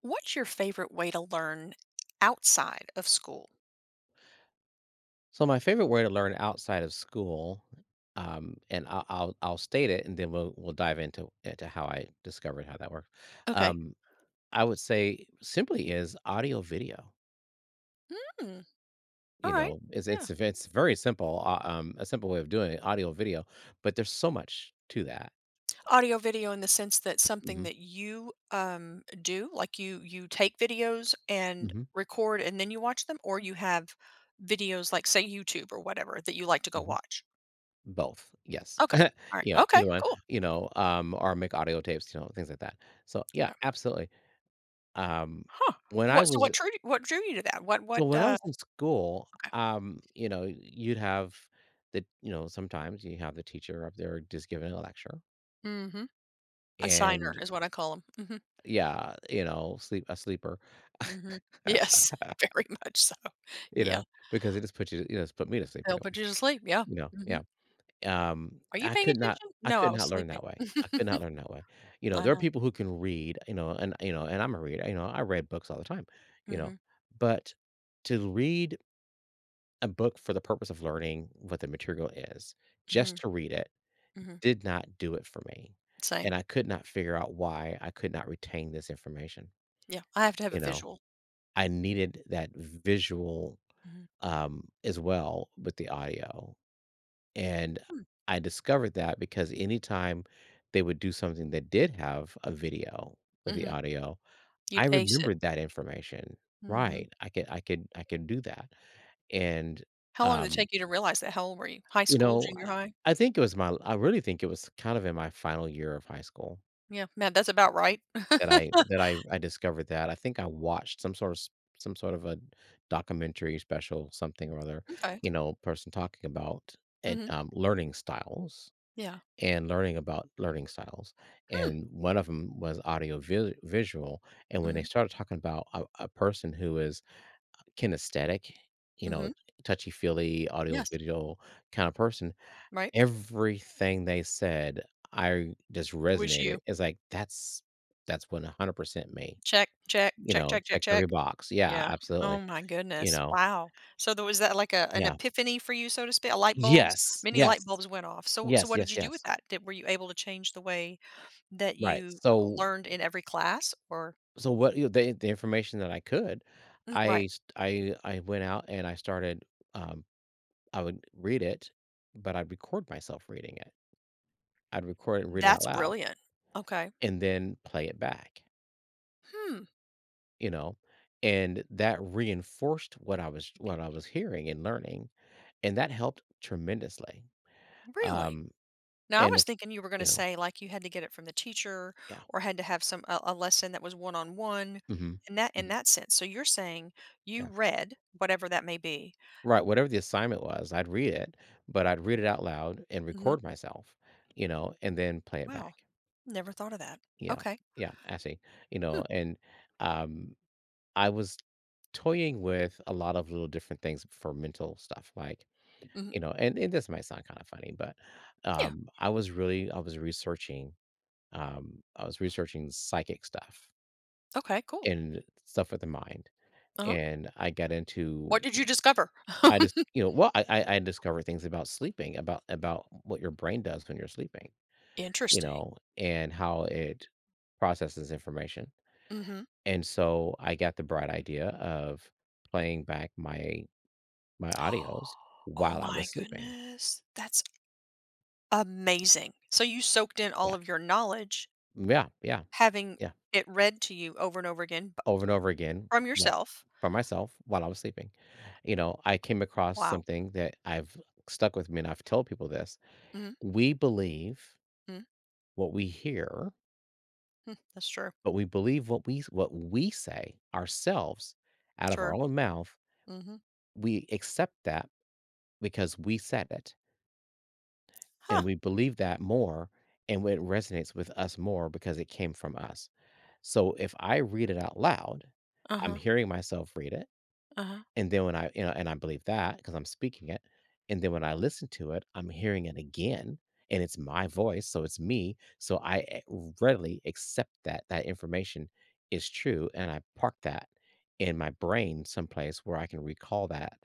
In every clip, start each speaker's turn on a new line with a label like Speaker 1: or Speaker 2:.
Speaker 1: What's your favorite way to learn outside of school?
Speaker 2: So my favorite way to learn outside of school, and I'll state it, and then we'll dive into how I discovered how that works.
Speaker 1: Okay.
Speaker 2: Um, I would say simply is audio video.
Speaker 1: Mm, all
Speaker 2: You
Speaker 1: right.
Speaker 2: know, it's
Speaker 1: Yeah.
Speaker 2: it's it's very simple. A simple way of doing it, audio video, but there's so much to that.
Speaker 1: Audio video in the sense that something
Speaker 2: Hmm
Speaker 1: that you do, like you take videos and
Speaker 2: hmm
Speaker 1: record and then you watch them, or you have videos like, say, YouTube or whatever that you like to go
Speaker 2: hmm
Speaker 1: watch.
Speaker 2: Both, yes,
Speaker 1: Okay. All right.
Speaker 2: yeah,
Speaker 1: Okay,
Speaker 2: either one,
Speaker 1: cool.
Speaker 2: or make audio tapes, you know, things like that. So yeah,
Speaker 1: Okay.
Speaker 2: absolutely. Um,
Speaker 1: Huh.
Speaker 2: when I
Speaker 1: What so what
Speaker 2: was
Speaker 1: drew what drew you to that?
Speaker 2: So
Speaker 1: What
Speaker 2: when I was in school,
Speaker 1: Okay.
Speaker 2: you know, you'd have sometimes you have the teacher up there just giving a lecture
Speaker 1: Mhm. A signer
Speaker 2: and
Speaker 1: is what I call them. Mhm.
Speaker 2: yeah, you know, sleeper,
Speaker 1: Mhm. Yes, very much so.
Speaker 2: you
Speaker 1: Yeah.
Speaker 2: know, because it just you know, it's put me to sleep
Speaker 1: They'll put you
Speaker 2: anyways,
Speaker 1: to sleep, yeah.
Speaker 2: you know, yeah.
Speaker 1: Mhm.
Speaker 2: Um,
Speaker 1: "Are you
Speaker 2: I
Speaker 1: paying
Speaker 2: could not,
Speaker 1: attention?"
Speaker 2: I
Speaker 1: "No, I
Speaker 2: could
Speaker 1: was
Speaker 2: not learn
Speaker 1: sleeping."
Speaker 2: that way. I could not learn that way. You know,
Speaker 1: I
Speaker 2: there are
Speaker 1: know.
Speaker 2: people who can read, you know, and I'm a reader, you know, I read books all the time, you know,
Speaker 1: Mhm,
Speaker 2: but to read a book for the purpose of learning what the material is, just
Speaker 1: mhm,
Speaker 2: to read it,
Speaker 1: mhm.
Speaker 2: did not do it for me,
Speaker 1: Same.
Speaker 2: and I could not figure out why I could not retain this information,
Speaker 1: Yeah, I have to have a
Speaker 2: you know?
Speaker 1: visual.
Speaker 2: I needed that visual,
Speaker 1: Mhm.
Speaker 2: as well with the audio, and
Speaker 1: Hmm,
Speaker 2: I discovered that because anytime they would do something that did have a video with the
Speaker 1: mhm.
Speaker 2: audio,
Speaker 1: You'd
Speaker 2: I
Speaker 1: ace it.
Speaker 2: remembered that information.
Speaker 1: Mhm.
Speaker 2: Right, I could do that, and,
Speaker 1: How long did it
Speaker 2: um
Speaker 1: take you to realize that? How old were you? High
Speaker 2: You
Speaker 1: school,
Speaker 2: know,
Speaker 1: junior high?
Speaker 2: I think it was my I really think it was kind of in my final year of high school
Speaker 1: Yeah, man, that's about right.
Speaker 2: that I that I I discovered that. I think I watched some sort of a documentary special, something or other,
Speaker 1: Okay.
Speaker 2: you know, person talking about and,
Speaker 1: Mhm.
Speaker 2: learning styles
Speaker 1: Yeah.
Speaker 2: and learning about learning styles,
Speaker 1: Hmm.
Speaker 2: and one of them was audio vi visual, and when they
Speaker 1: Mhm,
Speaker 2: started talking about a person who is kinesthetic, you know,
Speaker 1: mhm.
Speaker 2: touchy-feely, audio,
Speaker 1: Yes.
Speaker 2: video kinda person.
Speaker 1: Right?
Speaker 2: Everything they said, I just
Speaker 1: It was
Speaker 2: resonated.
Speaker 1: you.
Speaker 2: It's like, that's 100% me."
Speaker 1: Check, check,
Speaker 2: You
Speaker 1: check,
Speaker 2: know,
Speaker 1: check, check,
Speaker 2: check every
Speaker 1: check.
Speaker 2: box. Yeah,
Speaker 1: Yeah. Oh
Speaker 2: absolutely.
Speaker 1: my
Speaker 2: You
Speaker 1: goodness.
Speaker 2: know?
Speaker 1: Wow. So there was that, like, a an
Speaker 2: Yeah.
Speaker 1: epiphany for you, so to speak? A light bulbs?
Speaker 2: Yes,
Speaker 1: Many light
Speaker 2: yes.
Speaker 1: bulbs went off. So
Speaker 2: Yes,
Speaker 1: what did
Speaker 2: yes,
Speaker 1: you do with
Speaker 2: yes.
Speaker 1: that? Did Were you able to change the way that
Speaker 2: Right.
Speaker 1: you
Speaker 2: So
Speaker 1: learned in every class, or
Speaker 2: so what you know, the information that I could,
Speaker 1: mm, right.
Speaker 2: I went out and I started, um I would read it, but I'd record myself reading it. I'd record it and read it out
Speaker 1: That's
Speaker 2: loud
Speaker 1: brilliant. Okay.
Speaker 2: and then play it back.
Speaker 1: Hmm,
Speaker 2: You know, and that reinforced what I was hearing and learning, and that helped tremendously.
Speaker 1: really?
Speaker 2: Um
Speaker 1: Now, I
Speaker 2: and
Speaker 1: was
Speaker 2: if-
Speaker 1: thinking you were gonna
Speaker 2: you know
Speaker 1: say like you had to get it from the teacher,
Speaker 2: yeah
Speaker 1: or had to have some a lesson that was one on one
Speaker 2: hmm
Speaker 1: in that in
Speaker 2: hmm
Speaker 1: that sense. So you're saying
Speaker 2: yeah
Speaker 1: you read whatever that may be.
Speaker 2: right, whatever the assignment was, I'd read it, but I'd read it out loud and
Speaker 1: Mm-hmm.
Speaker 2: record myself, you know, and then play it
Speaker 1: Wow.
Speaker 2: back.
Speaker 1: Never thought of that.
Speaker 2: Yeah,
Speaker 1: Okay.
Speaker 2: yeah, actually, you
Speaker 1: Hmm.
Speaker 2: know, and um, I was toying with a lot of little different things for mental stuff like,
Speaker 1: hmm
Speaker 2: you know, and this might sound kind of funny, but,
Speaker 1: Yeah.
Speaker 2: um, I was really I was researching, I was researching psychic stuff
Speaker 1: Okay. Cool.
Speaker 2: and stuff with the mind,
Speaker 1: Uh huh.
Speaker 2: and I got
Speaker 1: What
Speaker 2: into
Speaker 1: did you discover?
Speaker 2: I just, you know, well, I discovered things about sleeping, about what your brain does when you're sleeping, you
Speaker 1: Interesting.
Speaker 2: know, and how it processes information,
Speaker 1: Mm-hmm.
Speaker 2: and so I got the bright idea of playing back my my audios
Speaker 1: Oh
Speaker 2: while I
Speaker 1: my
Speaker 2: was sleeping.
Speaker 1: goodness. That's amazing. So you soaked in all
Speaker 2: Yeah.
Speaker 1: of your knowledge,
Speaker 2: Yeah, yeah,
Speaker 1: having
Speaker 2: yeah.
Speaker 1: it read to you over and over again
Speaker 2: Over and over again,
Speaker 1: from
Speaker 2: you know,
Speaker 1: yourself.
Speaker 2: by myself while I was sleeping. You know, I came across
Speaker 1: Wow.
Speaker 2: something that I've stuck with me and I've told people this.
Speaker 1: Mm-hmm.
Speaker 2: We believe
Speaker 1: Mm-hmm,
Speaker 2: what we hear,
Speaker 1: hmm. That's true.
Speaker 2: but we believe what we say ourselves out of
Speaker 1: True.
Speaker 2: our own mouth.
Speaker 1: Mm-hmm.
Speaker 2: We accept that because we said it,
Speaker 1: Huh.
Speaker 2: and we believe that more, and it resonates with us more because it came from us. So if I read it out loud, I'm
Speaker 1: Uh-huh.
Speaker 2: hearing myself read it.
Speaker 1: Uh-huh.
Speaker 2: And then when I, you know, and I believe that because 'cause I'm speaking it, and then when I listen to it, I'm hearing it again, and it's my voice, so it's me, so I a readily accept that that information is true, and I park that in my brain someplace where I can recall that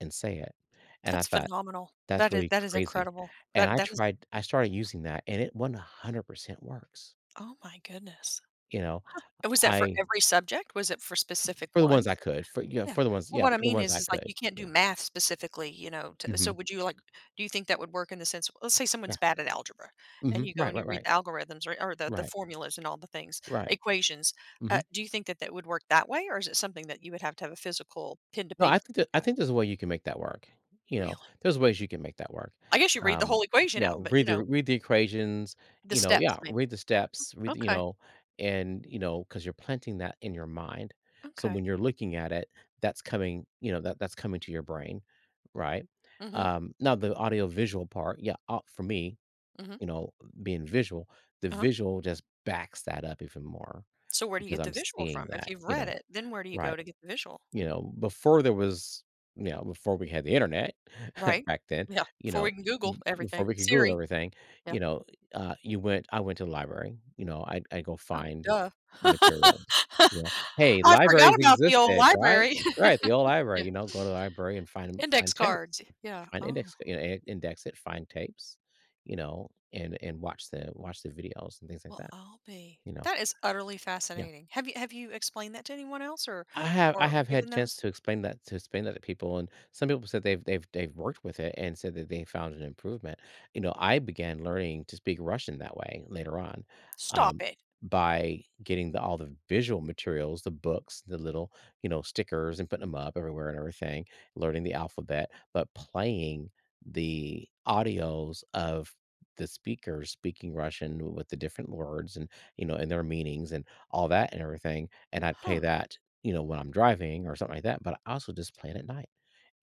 Speaker 2: and say it, and I
Speaker 1: That's
Speaker 2: thought,
Speaker 1: phenomenal.
Speaker 2: "That's
Speaker 1: That is,
Speaker 2: really
Speaker 1: that is
Speaker 2: crazy,"
Speaker 1: incredible.
Speaker 2: and
Speaker 1: That that is
Speaker 2: I started using that, and it 100% works,
Speaker 1: oh my goodness.
Speaker 2: you know?
Speaker 1: And was that for
Speaker 2: I
Speaker 1: every subject? Was it for specific
Speaker 2: for the ones I
Speaker 1: ones?
Speaker 2: could, for yeah,
Speaker 1: Yeah.
Speaker 2: for the ones
Speaker 1: Well,
Speaker 2: yeah,
Speaker 1: what I
Speaker 2: for the
Speaker 1: mean
Speaker 2: ones I
Speaker 1: is, like,
Speaker 2: could,
Speaker 1: you can't do
Speaker 2: yeah.
Speaker 1: math specifically, you know, to so
Speaker 2: Mhm.
Speaker 1: would you, like, do you think that would work in the sense, let's say
Speaker 2: Yeah.
Speaker 1: someone's bad at algebra, and
Speaker 2: Mhm.
Speaker 1: you go
Speaker 2: Right,
Speaker 1: and you
Speaker 2: right,
Speaker 1: read
Speaker 2: right.
Speaker 1: the algorithms or the
Speaker 2: Right,
Speaker 1: formulas and all the things,
Speaker 2: right.
Speaker 1: equations.
Speaker 2: Mhm.
Speaker 1: Do you think that that would work that way, or is it something that you would have to have a physical pen to
Speaker 2: No, I
Speaker 1: paper
Speaker 2: think that I
Speaker 1: kind
Speaker 2: think
Speaker 1: of
Speaker 2: there's a way you can make that work. You know,
Speaker 1: really?
Speaker 2: there's ways you can make that work.
Speaker 1: I guess you read the
Speaker 2: Um,
Speaker 1: whole equation
Speaker 2: yeah,
Speaker 1: out, but, you
Speaker 2: read the
Speaker 1: know,
Speaker 2: equations,
Speaker 1: the
Speaker 2: you know,
Speaker 1: steps
Speaker 2: yeah,
Speaker 1: maybe.
Speaker 2: read the steps, read the, you
Speaker 1: Okay,
Speaker 2: know, and you know, because you're planting that in your mind. So
Speaker 1: okay.
Speaker 2: when you're looking at it, that's coming, you know, that that's coming to your brain, right?
Speaker 1: Mhm,
Speaker 2: Now the audio visual part, yeah, for me,
Speaker 1: mhm,
Speaker 2: you know, being visual, the
Speaker 1: uh-huh.
Speaker 2: visual just backs that up even more
Speaker 1: So where do you
Speaker 2: because
Speaker 1: get the
Speaker 2: I'm
Speaker 1: visual
Speaker 2: seeing
Speaker 1: from? If
Speaker 2: that,
Speaker 1: you've
Speaker 2: you
Speaker 1: read
Speaker 2: know,
Speaker 1: it, then where do you go
Speaker 2: right.
Speaker 1: to get the visual?
Speaker 2: You know, before there was you know, before we had the internet
Speaker 1: Right.
Speaker 2: back then,
Speaker 1: Yeah,
Speaker 2: you
Speaker 1: before
Speaker 2: know,
Speaker 1: we can Google
Speaker 2: y before
Speaker 1: everything.
Speaker 2: we could Google
Speaker 1: Siri.
Speaker 2: everything,
Speaker 1: Yeah.
Speaker 2: you know, you went I went to the library, you know, I go
Speaker 1: Oh,
Speaker 2: find
Speaker 1: duh.
Speaker 2: materials, you know, "Hey,
Speaker 1: I forgot
Speaker 2: libraries
Speaker 1: about the old
Speaker 2: existed, right?"
Speaker 1: library.
Speaker 2: Right, the old library,
Speaker 1: Yeah.
Speaker 2: you know, go to the library and
Speaker 1: Index
Speaker 2: find tapes,
Speaker 1: cards. Yeah.
Speaker 2: find
Speaker 1: Oh,
Speaker 2: index you know, in index it, find tapes, you know, and watch the videos and things like
Speaker 1: well,
Speaker 2: that,
Speaker 1: I'll be,
Speaker 2: you know?
Speaker 1: that is utterly
Speaker 2: Yeah.
Speaker 1: fascinating. Have you explained that to anyone else,
Speaker 2: I
Speaker 1: or
Speaker 2: have
Speaker 1: given
Speaker 2: had chance
Speaker 1: those?
Speaker 2: to explain that to people, and some people said they've they've worked with it and said that they found an improvement. You know, I began learning to speak Russian that way later on,
Speaker 1: Stop
Speaker 2: um,
Speaker 1: it.
Speaker 2: by getting the all the visual materials, the books, the little, you know, stickers, and putting them up everywhere and everything, learning the alphabet, but playing the audios of the speakers speaking Russian with the different words and, you know, and their meanings and all that and everything, and I'd play
Speaker 1: Huh.
Speaker 2: that, you know, when I'm driving or something like that, but I also just play it at night,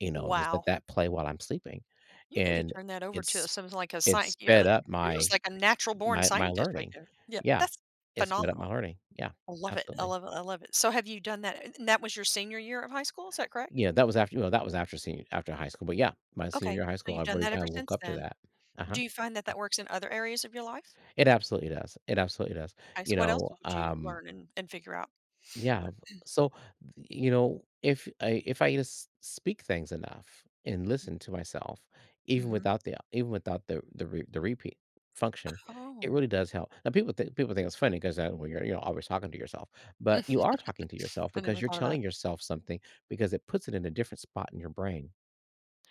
Speaker 2: you know, just let
Speaker 1: Wow.
Speaker 2: that play while I'm sleeping,
Speaker 1: You need to
Speaker 2: and
Speaker 1: turn that over
Speaker 2: it's
Speaker 1: to something like a
Speaker 2: it
Speaker 1: science,
Speaker 2: sped up
Speaker 1: you're just like a natural born
Speaker 2: my
Speaker 1: scientist right
Speaker 2: learning.
Speaker 1: there. Yeah,
Speaker 2: Yeah,
Speaker 1: that's
Speaker 2: it sped up my
Speaker 1: phenomenal.
Speaker 2: learning. Yeah,
Speaker 1: I love it. I
Speaker 2: absolutely.
Speaker 1: love it. I love it. So, have you done that, and that was your senior year of high school, is that correct?
Speaker 2: Yeah, that was after, you know, that was after senior after high school, but yeah, my senior
Speaker 1: Okay,
Speaker 2: year of high
Speaker 1: so
Speaker 2: school, I
Speaker 1: you've done
Speaker 2: really
Speaker 1: that ever
Speaker 2: kinda woke
Speaker 1: since
Speaker 2: up to
Speaker 1: then.
Speaker 2: that. Uh-huh.
Speaker 1: Do you find that
Speaker 2: Yeah.
Speaker 1: that works in other areas of your life?
Speaker 2: It absolutely does. It absolutely does.
Speaker 1: Okay,
Speaker 2: You
Speaker 1: so what else
Speaker 2: know,
Speaker 1: would you
Speaker 2: um,
Speaker 1: learn and figure out?
Speaker 2: yeah, so, you know, if I just speak things enough and listen to myself, even
Speaker 1: Mhm.
Speaker 2: without the the re the repeat function, it
Speaker 1: Oh.
Speaker 2: really does help. Now people think it's funny 'cause, well, you're, you know, always talking to yourself, but you are talking to yourself
Speaker 1: I
Speaker 2: because
Speaker 1: never
Speaker 2: you're
Speaker 1: thought about
Speaker 2: telling yourself something because it puts it in a different spot in your brain.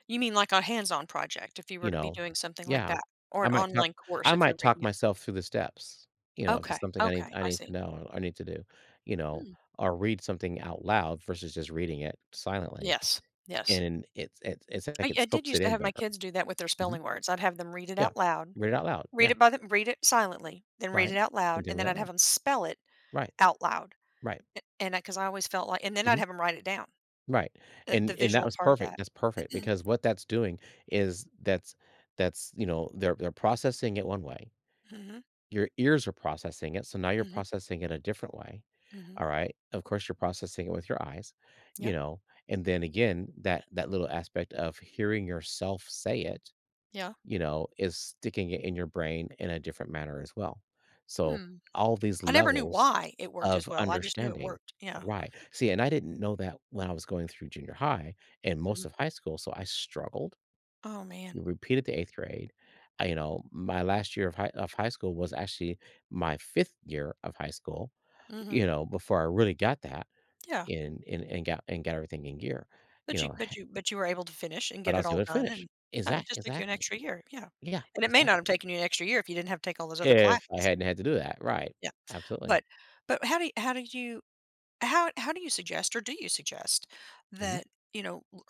Speaker 1: you mean like a hands-on project, if you were
Speaker 2: You
Speaker 1: to be
Speaker 2: know?
Speaker 1: doing something like
Speaker 2: Yeah.
Speaker 1: that, or
Speaker 2: I
Speaker 1: an
Speaker 2: might talk
Speaker 1: online course
Speaker 2: I
Speaker 1: if you're
Speaker 2: might
Speaker 1: reading
Speaker 2: talk
Speaker 1: it?
Speaker 2: myself through the steps, you know, if it's
Speaker 1: Okay,
Speaker 2: something
Speaker 1: okay,
Speaker 2: I
Speaker 1: I
Speaker 2: need to
Speaker 1: see.
Speaker 2: know, or I need to do, you know,
Speaker 1: Hmm.
Speaker 2: or read something out loud versus just reading it silently,
Speaker 1: Yes, yes.
Speaker 2: and it's like it
Speaker 1: I did
Speaker 2: soaks it
Speaker 1: used to
Speaker 2: in
Speaker 1: have my
Speaker 2: better.
Speaker 1: kids do that with their
Speaker 2: Mhm.
Speaker 1: spelling words. I'd have them read it
Speaker 2: Yeah.
Speaker 1: out loud,
Speaker 2: Read it out loud. Yeah.
Speaker 1: Read it silently, then read
Speaker 2: Right.
Speaker 1: it out
Speaker 2: And
Speaker 1: loud,
Speaker 2: then
Speaker 1: and then
Speaker 2: read it out
Speaker 1: I'd have
Speaker 2: loud.
Speaker 1: them spell it
Speaker 2: Right.
Speaker 1: out loud,
Speaker 2: Right.
Speaker 1: a and because I always felt like, and then I'd
Speaker 2: Mhm.
Speaker 1: have them write it down,
Speaker 2: Right.
Speaker 1: the
Speaker 2: And that
Speaker 1: visual
Speaker 2: was
Speaker 1: part of
Speaker 2: perfect.
Speaker 1: that.
Speaker 2: That's perfect because what that's doing is that's, you know, they're processing it one way.
Speaker 1: Mhm,
Speaker 2: Your ears are processing it, so now you're
Speaker 1: mhm,
Speaker 2: processing it a different way,
Speaker 1: mhm.
Speaker 2: all right? Of course, you're processing it with your eyes,
Speaker 1: Yeah,
Speaker 2: you know, and then again, that that little aspect of hearing yourself say it,
Speaker 1: yeah.
Speaker 2: you know, is sticking it in your brain in a different manner as well. So,
Speaker 1: Hmm.
Speaker 2: all these
Speaker 1: I never knew
Speaker 2: levels
Speaker 1: why it worked as
Speaker 2: of
Speaker 1: well, I just knew it
Speaker 2: understanding.
Speaker 1: worked, yeah.
Speaker 2: Right. See, and I didn't know that when I was going through junior high and most
Speaker 1: Mhm.
Speaker 2: of high school, so I struggled,
Speaker 1: Oh, man.
Speaker 2: we repeated the 8th grade. You know, my last year of high school was actually my 5th year of high school,
Speaker 1: Mhm.
Speaker 2: you know, before I really got that
Speaker 1: Yeah,
Speaker 2: in and and got everything in gear,
Speaker 1: but
Speaker 2: you know, h
Speaker 1: you were able to finish and
Speaker 2: but
Speaker 1: get
Speaker 2: I
Speaker 1: it
Speaker 2: was
Speaker 1: all
Speaker 2: able to
Speaker 1: done,
Speaker 2: finish.
Speaker 1: and yeah, it just took you an
Speaker 2: Exactly.
Speaker 1: extra year, yeah.
Speaker 2: Yeah,
Speaker 1: And it may not
Speaker 2: exactly.
Speaker 1: have taken you an extra year if you didn't have to take all those other
Speaker 2: If I
Speaker 1: classes.
Speaker 2: hadn't had to do that, right.
Speaker 1: Yeah,
Speaker 2: Absolutely.
Speaker 1: but but how do you, how did you how do you suggest, or do you suggest
Speaker 2: Mhm.
Speaker 1: that, you know,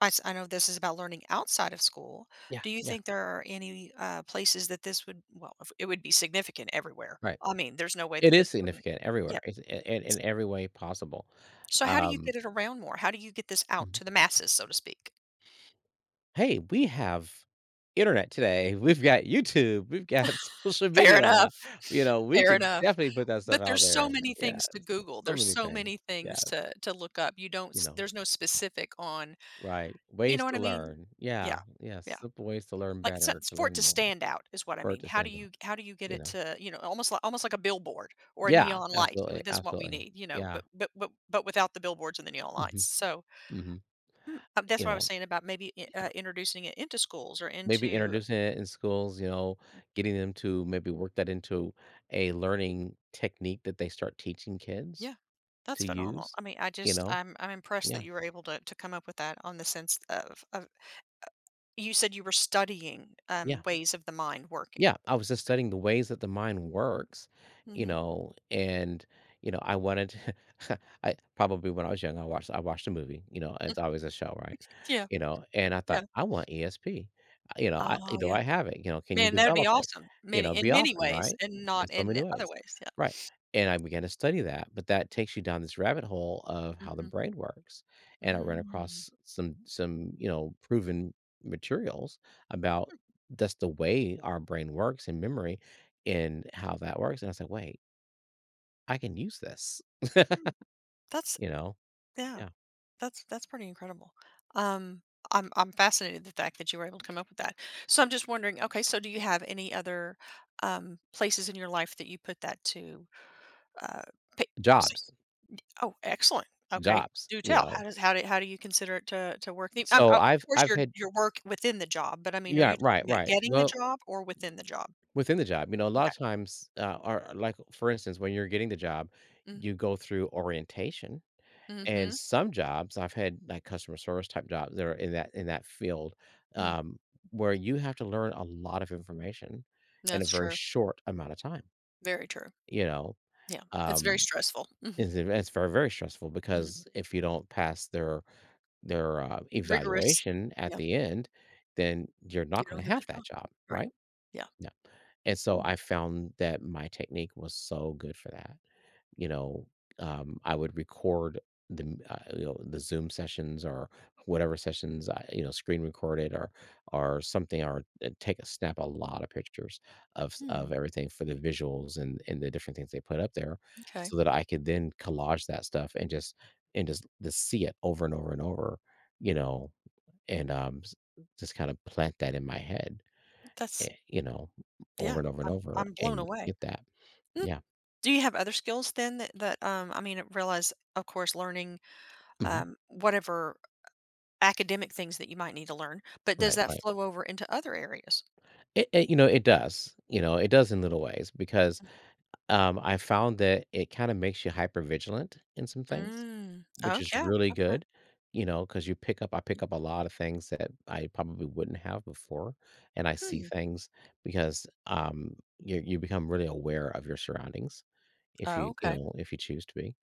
Speaker 1: I, I know this is about learning outside of school,
Speaker 2: Yeah,
Speaker 1: do you
Speaker 2: yeah,
Speaker 1: think there are any places that this would well, it would be significant everywhere,
Speaker 2: right.
Speaker 1: I mean, there's no way
Speaker 2: It
Speaker 1: that this
Speaker 2: is
Speaker 1: wouldn't,
Speaker 2: significant
Speaker 1: yeah.
Speaker 2: everywhere. It's in every way possible.
Speaker 1: So how do you
Speaker 2: Um,
Speaker 1: get it around more, how do you get this out
Speaker 2: mhm.
Speaker 1: to the masses, so to speak?
Speaker 2: Hey, we have internet today. We've got YouTube. We've got social
Speaker 1: Fair
Speaker 2: media.
Speaker 1: enough.
Speaker 2: You know, we
Speaker 1: Fair
Speaker 2: can
Speaker 1: enough.
Speaker 2: definitely put that stuff
Speaker 1: But
Speaker 2: out
Speaker 1: there's so
Speaker 2: there.
Speaker 1: many
Speaker 2: Yeah,
Speaker 1: things to Google,
Speaker 2: so
Speaker 1: there's
Speaker 2: many
Speaker 1: so
Speaker 2: things.
Speaker 1: many things
Speaker 2: Yes,
Speaker 1: to look up, you don't
Speaker 2: you know,
Speaker 1: there's no specific on,
Speaker 2: right.
Speaker 1: you
Speaker 2: Ways
Speaker 1: know what
Speaker 2: to
Speaker 1: I mean?
Speaker 2: learn.
Speaker 1: Yeah.
Speaker 2: Yeah, yeah.
Speaker 1: Yeah.
Speaker 2: Simple ways to learn
Speaker 1: Like,
Speaker 2: better,
Speaker 1: it's
Speaker 2: to
Speaker 1: for it
Speaker 2: learn
Speaker 1: to
Speaker 2: more,
Speaker 1: stand out is what I
Speaker 2: or
Speaker 1: mean.
Speaker 2: to
Speaker 1: How do
Speaker 2: stand out,
Speaker 1: you, how do you get
Speaker 2: you
Speaker 1: it
Speaker 2: know.
Speaker 1: to, you know, almost like, almost like a billboard or a
Speaker 2: Yeah,
Speaker 1: neon light? You,
Speaker 2: absolutely.
Speaker 1: that's what we
Speaker 2: Absolutely.
Speaker 1: need, you know,
Speaker 2: Yeah.
Speaker 1: but without the billboards and the neon
Speaker 2: Hmm.
Speaker 1: lights. So,
Speaker 2: Hmm.
Speaker 1: mm, that's
Speaker 2: You
Speaker 1: what I was
Speaker 2: know,
Speaker 1: saying about maybe
Speaker 2: yeah.
Speaker 1: introducing it into schools or
Speaker 2: Maybe
Speaker 1: into,
Speaker 2: introducing it in schools, you know, getting them to maybe work that into a learning technique that they start teaching kids
Speaker 1: yeah. That's
Speaker 2: to
Speaker 1: phenomenal.
Speaker 2: use,
Speaker 1: I mean, I
Speaker 2: you
Speaker 1: just
Speaker 2: know?
Speaker 1: I'm impressed that
Speaker 2: Yeah,
Speaker 1: you were able to come up with that on the sense of you said you were studying
Speaker 2: yeah.
Speaker 1: ways of the mind working.
Speaker 2: Yeah, I was just studying the ways that the mind works, you
Speaker 1: Mhm.
Speaker 2: know, and, you know, I wanted to- I probably when I was young, I watched a movie, you know, it's always a show, right?
Speaker 1: Yeah.
Speaker 2: You know, and I
Speaker 1: Yeah.
Speaker 2: thought, "I want ESP." You know,
Speaker 1: Oh, yeah.
Speaker 2: I have it? You know, can you
Speaker 1: Man, that'd be
Speaker 2: develop it?
Speaker 1: awesome.
Speaker 2: You
Speaker 1: Many
Speaker 2: know,
Speaker 1: in
Speaker 2: be
Speaker 1: many
Speaker 2: awesome,
Speaker 1: ways,
Speaker 2: right?
Speaker 1: and
Speaker 2: In
Speaker 1: not
Speaker 2: so many
Speaker 1: in other
Speaker 2: ways.
Speaker 1: ways, yeah.
Speaker 2: Right. And I began to study that, but that takes you down this rabbit hole of how the
Speaker 1: Mhm.
Speaker 2: brain works. And I ran
Speaker 1: Mm.
Speaker 2: across some, you know, proven materials about that's the way our brain works and memory and how that works. And I was like, wait, I can use this,
Speaker 1: Hmm, that's
Speaker 2: you know?
Speaker 1: yeah,
Speaker 2: Yeah.
Speaker 1: that's pretty incredible. Um, I'm fascinated the fact that you were able to come up with that. So I'm just wondering, okay, so do you have any other, places in your life that you put that to, uh, pa see
Speaker 2: Jobs,
Speaker 1: oh, excellent. Okay,
Speaker 2: jobs,
Speaker 1: do
Speaker 2: you
Speaker 1: tell. How
Speaker 2: know?
Speaker 1: does, how do, how do you consider it to work? The
Speaker 2: So
Speaker 1: of
Speaker 2: I've,
Speaker 1: course,
Speaker 2: I've had,
Speaker 1: your work within the job, but I mean, are
Speaker 2: yeah,
Speaker 1: you
Speaker 2: right,
Speaker 1: talking about
Speaker 2: right.
Speaker 1: getting the
Speaker 2: Well,
Speaker 1: job or within the job?
Speaker 2: within the job, you know, a lot
Speaker 1: Okay.
Speaker 2: of times, or like, for instance, when you're getting the job,
Speaker 1: Mm.
Speaker 2: you go through orientation. And
Speaker 1: Mhm.
Speaker 2: some jobs I've had like customer service type jobs that are in that field,
Speaker 1: Mhm.
Speaker 2: um, where you have to learn a lot of information in a
Speaker 1: That's
Speaker 2: very
Speaker 1: true.
Speaker 2: short amount of time.
Speaker 1: Very true.
Speaker 2: You know.
Speaker 1: Yeah. It's very
Speaker 2: um
Speaker 1: stressful. Mhm,
Speaker 2: It's very, very stressful
Speaker 1: mhm.
Speaker 2: because if you don't pass their
Speaker 1: Rigorous.
Speaker 2: evaluation at
Speaker 1: Yeah.
Speaker 2: the end, then you're
Speaker 1: You
Speaker 2: not gonna
Speaker 1: don't get the
Speaker 2: have
Speaker 1: time.
Speaker 2: that job,
Speaker 1: Right.
Speaker 2: right?
Speaker 1: Yeah.
Speaker 2: Yeah, and so
Speaker 1: Hmm,
Speaker 2: I found that my technique was so good for that, you know, I would record the you know, the Zoom sessions or whatever sessions I, you know, screen recorded or something, or take a lot of pictures of of
Speaker 1: hmm,
Speaker 2: everything for the visuals and the different things they put up there,
Speaker 1: okay.
Speaker 2: so that I could then collage that stuff and just just see it over and over and over, you know, and just kind of plant that in my head,
Speaker 1: That's
Speaker 2: you know, over
Speaker 1: yeah.
Speaker 2: and over and over
Speaker 1: I'm blown
Speaker 2: and
Speaker 1: away.
Speaker 2: get that,
Speaker 1: Mm.
Speaker 2: yeah.
Speaker 1: Do you have other skills then that that, I mean, I realize, of course, learning,
Speaker 2: Hmm.
Speaker 1: whatever academic things that you might need to learn, but does
Speaker 2: Right,
Speaker 1: that
Speaker 2: right.
Speaker 1: flow over into other areas?
Speaker 2: It, you know, it does, you know, it does in little ways because, I found that it kinda makes you hyper vigilant in some things,
Speaker 1: Mm.
Speaker 2: which
Speaker 1: Oh,
Speaker 2: is
Speaker 1: yeah.
Speaker 2: really
Speaker 1: Okay.
Speaker 2: good, you know, because you pick up I
Speaker 1: Yeah.
Speaker 2: pick up a lot of things that I probably wouldn't have before, and I see
Speaker 1: Hmm.
Speaker 2: things because, you you become really aware of your surroundings if
Speaker 1: Oh,
Speaker 2: you, you
Speaker 1: okay.
Speaker 2: know, if you choose to be,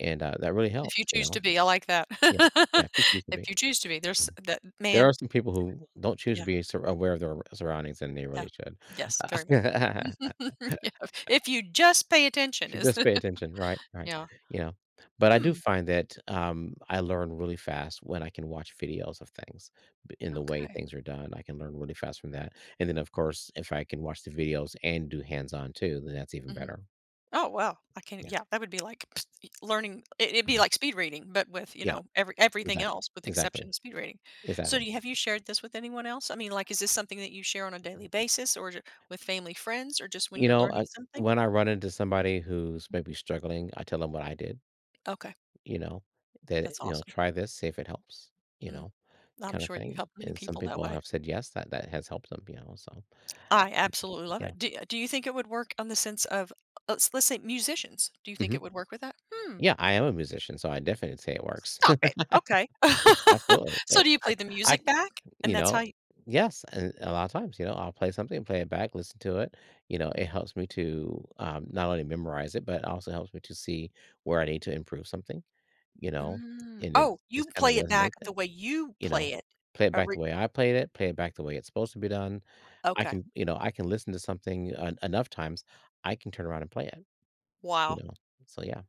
Speaker 2: and, that really
Speaker 1: If you
Speaker 2: helps, you
Speaker 1: choose to
Speaker 2: know?
Speaker 1: be, I like that.
Speaker 2: Yeah, yeah, if you choose to
Speaker 1: If
Speaker 2: be.
Speaker 1: you choose to be,
Speaker 2: Yeah.
Speaker 1: there's that,
Speaker 2: There
Speaker 1: man,
Speaker 2: are some people who don't choose to
Speaker 1: yeah,
Speaker 2: be sur aware of their surroundings, and they
Speaker 1: yeah.
Speaker 2: really should.
Speaker 1: Yes, very much so. Yeah, if you just pay attention
Speaker 2: If you
Speaker 1: is
Speaker 2: just
Speaker 1: the
Speaker 2: pay attention, right, right,
Speaker 1: yeah.
Speaker 2: you know, but I do
Speaker 1: Hmm,
Speaker 2: find that, I learn really fast when I can watch videos of things, b in the way
Speaker 1: okay.
Speaker 2: things are done, I can learn really fast from that, and then, of course, if I can watch the videos and do hands-on too, then that's even
Speaker 1: Mhm.
Speaker 2: better.
Speaker 1: Oh, well, I can,
Speaker 2: Yeah,
Speaker 1: yeah, that would be like learning, it it'd be
Speaker 2: mhm,
Speaker 1: like speed reading, but with, you
Speaker 2: yeah,
Speaker 1: know, every everything
Speaker 2: exactly,
Speaker 1: else, with the exception
Speaker 2: exactly,
Speaker 1: of speed reading. So,
Speaker 2: exactly.
Speaker 1: do you have, you shared this with anyone else? I mean, like, is this something that you share on a daily basis, or ju with family, friends, or just when
Speaker 2: You
Speaker 1: you're
Speaker 2: know,
Speaker 1: learning
Speaker 2: I
Speaker 1: something?
Speaker 2: when I run into somebody who's maybe struggling, I tell them what I did,
Speaker 1: Okay,
Speaker 2: you know, that,
Speaker 1: that's
Speaker 2: you know,
Speaker 1: awesome.
Speaker 2: "Try this, see if it helps," you
Speaker 1: Mm,
Speaker 2: know,
Speaker 1: I'm
Speaker 2: kinda
Speaker 1: sure you
Speaker 2: thing,
Speaker 1: helped many
Speaker 2: and some
Speaker 1: people that
Speaker 2: people
Speaker 1: way.
Speaker 2: have said, "Yes," that that has helped them, you know, so,
Speaker 1: I absolutely love it.
Speaker 2: yeah.
Speaker 1: Do do you think it would work on the sense of let's say musicians. Do you think
Speaker 2: Mhm.
Speaker 1: it would work with that? Hmm,
Speaker 2: Yeah, I am a musician, so I definitely say it works.
Speaker 1: stop it. Okay.
Speaker 2: Absolutely.
Speaker 1: So
Speaker 2: It
Speaker 1: do you play the
Speaker 2: I
Speaker 1: music back? And
Speaker 2: you
Speaker 1: that's how
Speaker 2: know,
Speaker 1: you
Speaker 2: yes, and a lot of times, you know, I'll play something, play it back, listen to it. You know, it
Speaker 1: mm,
Speaker 2: helps me to, not only memorize it, but it also helps me to see where I need to improve something, you know,
Speaker 1: mm.
Speaker 2: and it
Speaker 1: Oh, you
Speaker 2: just kinda
Speaker 1: play it back
Speaker 2: resonates it,
Speaker 1: the way you
Speaker 2: you know.
Speaker 1: play it.
Speaker 2: Play it
Speaker 1: A
Speaker 2: back
Speaker 1: re
Speaker 2: the way I played it, play it back the way it's supposed to be done. I
Speaker 1: Okay.
Speaker 2: can You know, I can listen to something en enough times, I can turn around and play it, you
Speaker 1: Wow.
Speaker 2: know? So, yeah.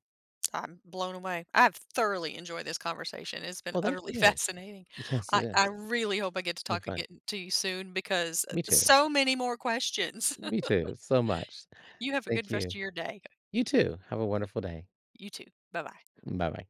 Speaker 1: I'm blown away. I've thoroughly enjoyed this conversation. It's been
Speaker 2: Well, thank
Speaker 1: utterly
Speaker 2: you.
Speaker 1: fascinating.
Speaker 2: Yes, it
Speaker 1: I
Speaker 2: is.
Speaker 1: really hope I get to
Speaker 2: And
Speaker 1: talk
Speaker 2: fun.
Speaker 1: again to you soon because,
Speaker 2: Me too.
Speaker 1: so many more questions.
Speaker 2: Me too, so much.
Speaker 1: You have a
Speaker 2: Thank
Speaker 1: good rest
Speaker 2: you.
Speaker 1: of your day.
Speaker 2: You too. Have a wonderful day.
Speaker 1: You too. Bye-bye.
Speaker 2: Bye-bye.